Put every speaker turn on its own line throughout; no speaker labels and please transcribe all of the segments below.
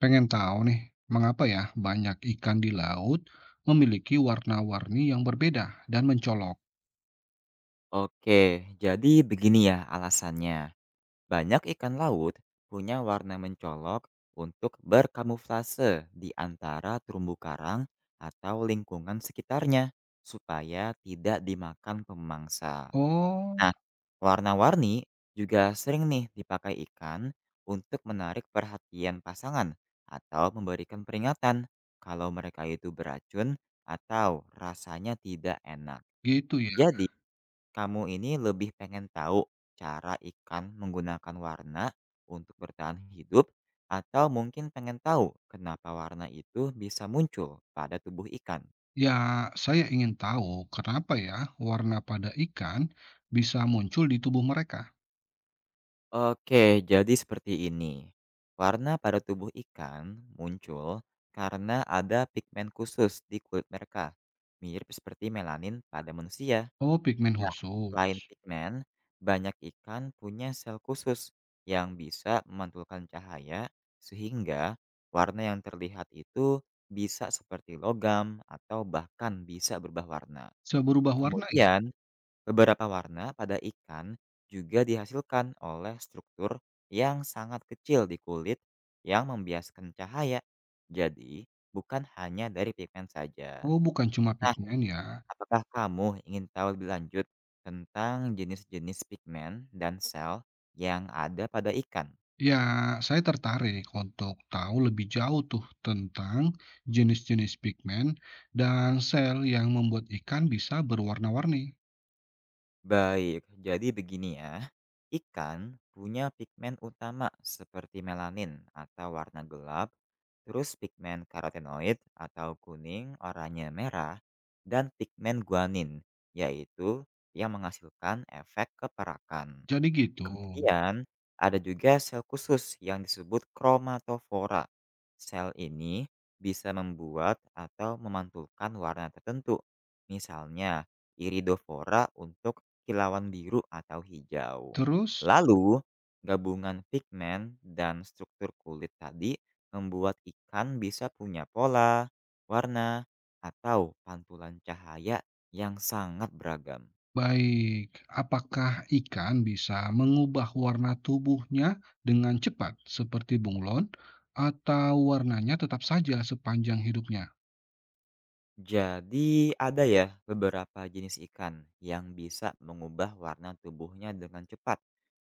Pengen tahu nih, mengapa ya banyak ikan di laut memiliki warna-warni yang berbeda dan mencolok?
Oke, jadi begini ya alasannya. Banyak ikan laut punya warna mencolok untuk berkamuflase di antara terumbu karang atau lingkungan sekitarnya supaya tidak dimakan pemangsa.
Oh,
Nah, warna-warni juga sering nih dipakai ikan untuk menarik perhatian pasangan atau memberikan peringatan kalau mereka itu beracun atau rasanya tidak enak.
gitu ya.
Jadi kamu ini lebih pengen tahu cara ikan menggunakan warna untuk bertahan hidup, atau mungkin pengen tahu kenapa warna itu bisa muncul pada tubuh ikan?
Ya, saya ingin tahu kenapa ya warna pada ikan bisa muncul di tubuh mereka.
Oke, jadi seperti ini. Warna pada tubuh ikan muncul karena ada pigmen khusus di kulit mereka, mirip seperti melanin pada manusia.
Oh, pigmen
Nah, selain
khusus.
pigmen, banyak ikan punya sel khusus yang bisa memantulkan cahaya sehingga warna yang terlihat itu bisa seperti logam atau bahkan bisa berubah warna.
Seberubah warna ya?
Kemudian, beberapa warna pada ikan juga dihasilkan oleh struktur yang sangat kecil di kulit yang membiaskan cahaya. Jadi, bukan hanya dari pigmen saja.
Oh, bukan cuma
Nah,
pigmen ya.
apakah kamu ingin tahu lebih lanjut tentang jenis-jenis pigmen dan sel yang ada pada ikan?
Ya, saya tertarik untuk tahu lebih jauh tuh tentang jenis-jenis pigmen dan sel yang membuat ikan bisa berwarna-warni.
Baik, jadi begini ya. Ikan punya pigmen utama seperti melanin atau warna gelap, terus pigmen karotenoid atau kuning, oranye, merah, dan pigmen guanin, yaitu yang menghasilkan efek keperakan.
Jadi gitu.
Kemudian, ada juga sel khusus yang disebut kromatofora. Sel ini bisa membuat atau memantulkan warna tertentu. Misalnya, iridofora untuk kilauan biru atau hijau.
Terus,
Lalu, gabungan pigmen dan struktur kulit tadi membuat ikan bisa punya pola, warna, atau pantulan cahaya yang sangat beragam.
baik, apakah ikan bisa mengubah warna tubuhnya dengan cepat seperti bunglon atau warnanya tetap saja sepanjang hidupnya?
Jadi ada ya beberapa jenis ikan yang bisa mengubah warna tubuhnya dengan cepat,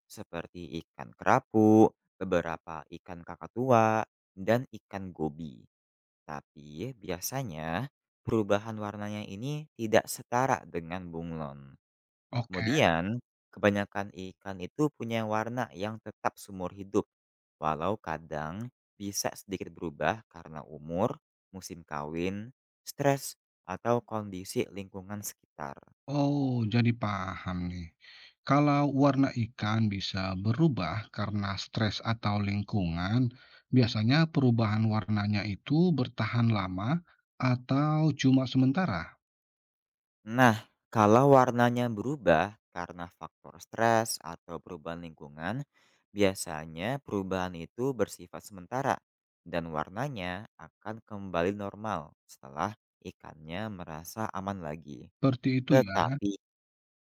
seperti ikan kerapu, beberapa ikan kakatua, dan ikan gobi. Tapi biasanya perubahan warnanya ini tidak setara dengan bunglon.
Oke.
Kemudian, kebanyakan ikan itu punya warna yang tetap seumur hidup. Walau kadang bisa sedikit berubah karena umur, musim kawin, stres, atau kondisi lingkungan sekitar.
Oh, jadi paham nih. Kalau warna ikan bisa berubah karena stres atau lingkungan, biasanya perubahan warnanya itu bertahan lama atau cuma sementara.
Nah, kalau warnanya berubah karena faktor stres atau perubahan lingkungan, biasanya perubahan itu bersifat sementara dan warnanya akan kembali normal setelah ikannya merasa aman lagi.
Seperti itu ya.
Tetapi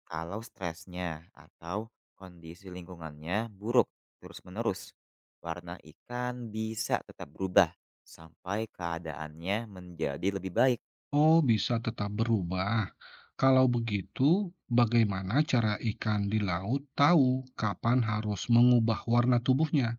kalau stresnya atau kondisi lingkungannya buruk terus-menerus, warna ikan bisa tetap berubah sampai keadaannya menjadi lebih baik.
Oh, bisa tetap berubah. Kalau begitu, bagaimana cara ikan di laut tahu kapan harus mengubah warna tubuhnya?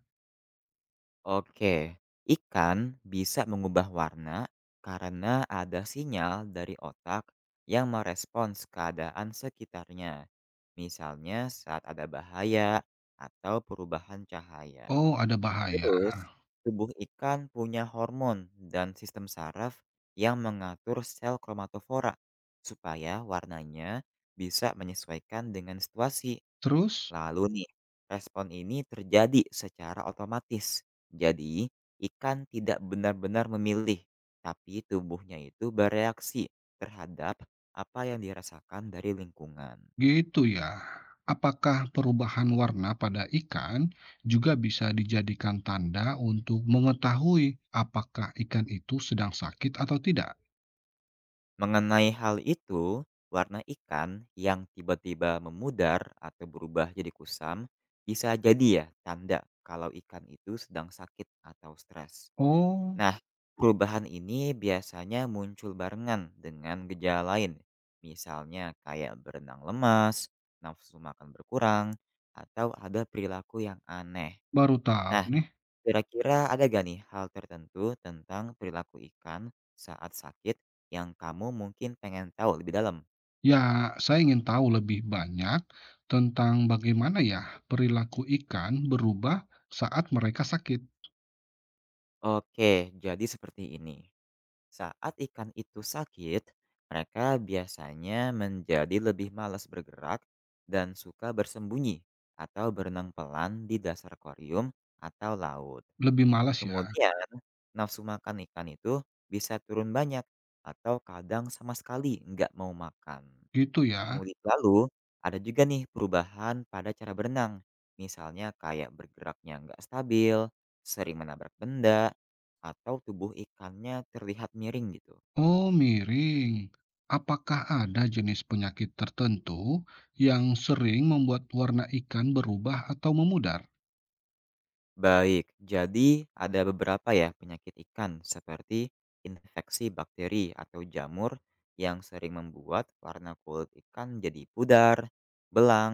Oke, ikan bisa mengubah warna karena ada sinyal dari otak yang merespons keadaan sekitarnya. Misalnya saat ada bahaya atau perubahan cahaya.
Oh, ada bahaya.
Terus, tubuh ikan punya hormon dan sistem saraf yang mengatur sel kromatofora supaya warnanya bisa menyesuaikan dengan situasi.
Terus,
Lalu nih, respon ini terjadi secara otomatis. Jadi, ikan tidak benar-benar memilih, tapi tubuhnya itu bereaksi terhadap apa yang dirasakan dari lingkungan.
gitu ya. Apakah perubahan warna pada ikan juga bisa dijadikan tanda untuk mengetahui apakah ikan itu sedang sakit atau tidak?
Mengenai hal itu, warna ikan yang tiba-tiba memudar atau berubah jadi kusam bisa jadi ya tanda kalau ikan itu sedang sakit atau stres.
Oh,
Nah, perubahan ini biasanya muncul barengan dengan gejala lain, misalnya kayak berenang lemas, nafsu makan berkurang, atau ada perilaku yang aneh.
baru tahu
Nah,
nih.
kira-kira ada gak nih hal tertentu tentang perilaku ikan saat sakit yang kamu mungkin pengen tahu lebih dalam?
Ya, saya ingin tahu lebih banyak tentang bagaimana ya perilaku ikan berubah saat mereka sakit.
Oke, jadi seperti ini. Saat ikan itu sakit, mereka biasanya menjadi lebih malas bergerak dan suka bersembunyi atau berenang pelan di dasar koryum atau laut.
Lebih malas ya,
Kemudian, nafsu makan ikan itu bisa turun banyak atau kadang sama sekali nggak mau makan.
gitu ya.
Kemudian lalu, ada juga nih perubahan pada cara berenang. Misalnya kayak bergeraknya nggak stabil, sering menabrak benda, atau tubuh ikannya terlihat miring gitu.
Oh, miring. Apakah ada jenis penyakit tertentu yang sering membuat warna ikan berubah atau memudar?
Baik, jadi ada beberapa ya penyakit ikan seperti infeksi bakteri atau jamur yang sering membuat warna kulit ikan jadi pudar, belang,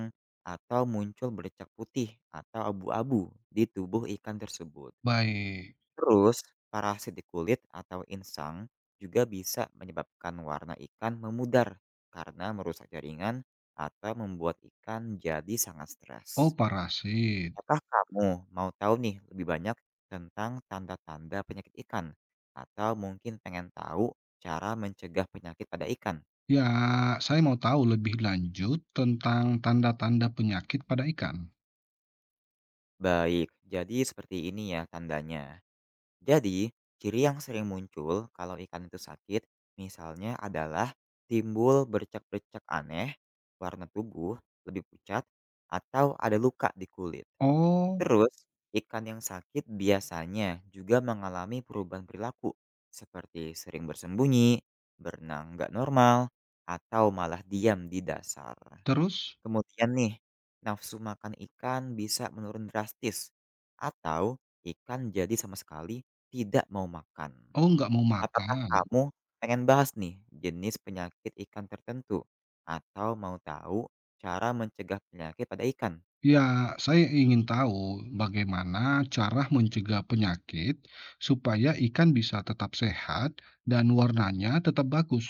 atau muncul bercak putih atau abu-abu di tubuh ikan tersebut.
Baik.
Terus, parasit di kulit atau insang juga bisa menyebabkan warna ikan memudar karena merusak jaringan atau membuat ikan jadi sangat stres.
Oh, parasit.
Apakah kamu mau tahu nih lebih banyak tentang tanda-tanda penyakit ikan? Atau mungkin pengen tahu cara mencegah penyakit pada ikan?
Ya, saya mau tahu lebih lanjut tentang tanda-tanda penyakit pada ikan.
Baik, jadi seperti ini ya tandanya. Jadi, ciri yang sering muncul kalau ikan itu sakit, misalnya adalah timbul bercak-bercak aneh, warna tubuh lebih pucat, atau ada luka di kulit.
Oh,
Terus, ikan yang sakit biasanya juga mengalami perubahan perilaku, seperti sering bersembunyi, berenang nggak normal, atau malah diam di dasar.
terus?
Kemudian nih, nafsu makan ikan bisa menurun drastis atau ikan jadi sama sekali tidak mau makan.
Oh, nggak mau
Apakah
makan.
kamu pengen bahas nih jenis penyakit ikan tertentu atau mau tahu cara mencegah penyakit pada ikan?
Ya, saya ingin tahu bagaimana cara mencegah penyakit supaya ikan bisa tetap sehat dan warnanya tetap bagus.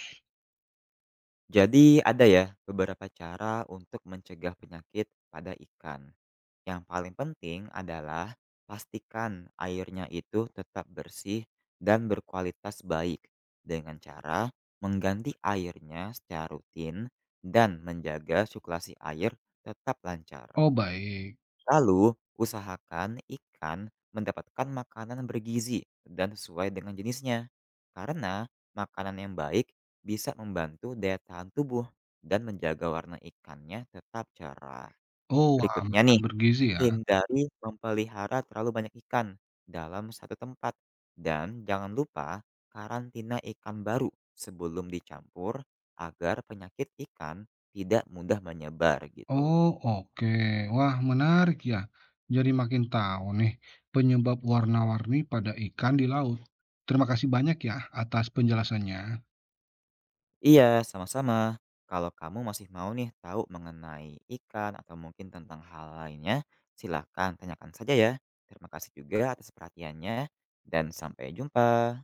Jadi ada ya beberapa cara untuk mencegah penyakit pada ikan. Yang paling penting adalah pastikan airnya itu tetap bersih dan berkualitas baik dengan cara mengganti airnya secara rutin dan menjaga sirkulasi air tetap lancar.
Oh, baik.
Lalu, usahakan ikan mendapatkan makanan bergizi dan sesuai dengan jenisnya. Karena makanan yang baik bisa membantu daya tahan tubuh dan menjaga warna ikannya tetap cerah.
Oh, wah, Hmm.
Berikutnya
Makan
nih,
bergizi ya.
hindari memelihara terlalu banyak ikan dalam satu tempat dan jangan lupa karantina ikan baru sebelum dicampur agar penyakit ikan tidak mudah menyebar gitu.
Oh, oke. Wah, menarik ya. Jadi makin tahu nih penyebab warna-warni pada ikan di laut. Terima kasih banyak ya atas penjelasannya.
Iya, sama-sama. Kalau kamu masih mau nih tahu mengenai ikan atau mungkin tentang hal lainnya, silakan tanyakan saja ya. Terima kasih juga atas perhatiannya dan sampai jumpa.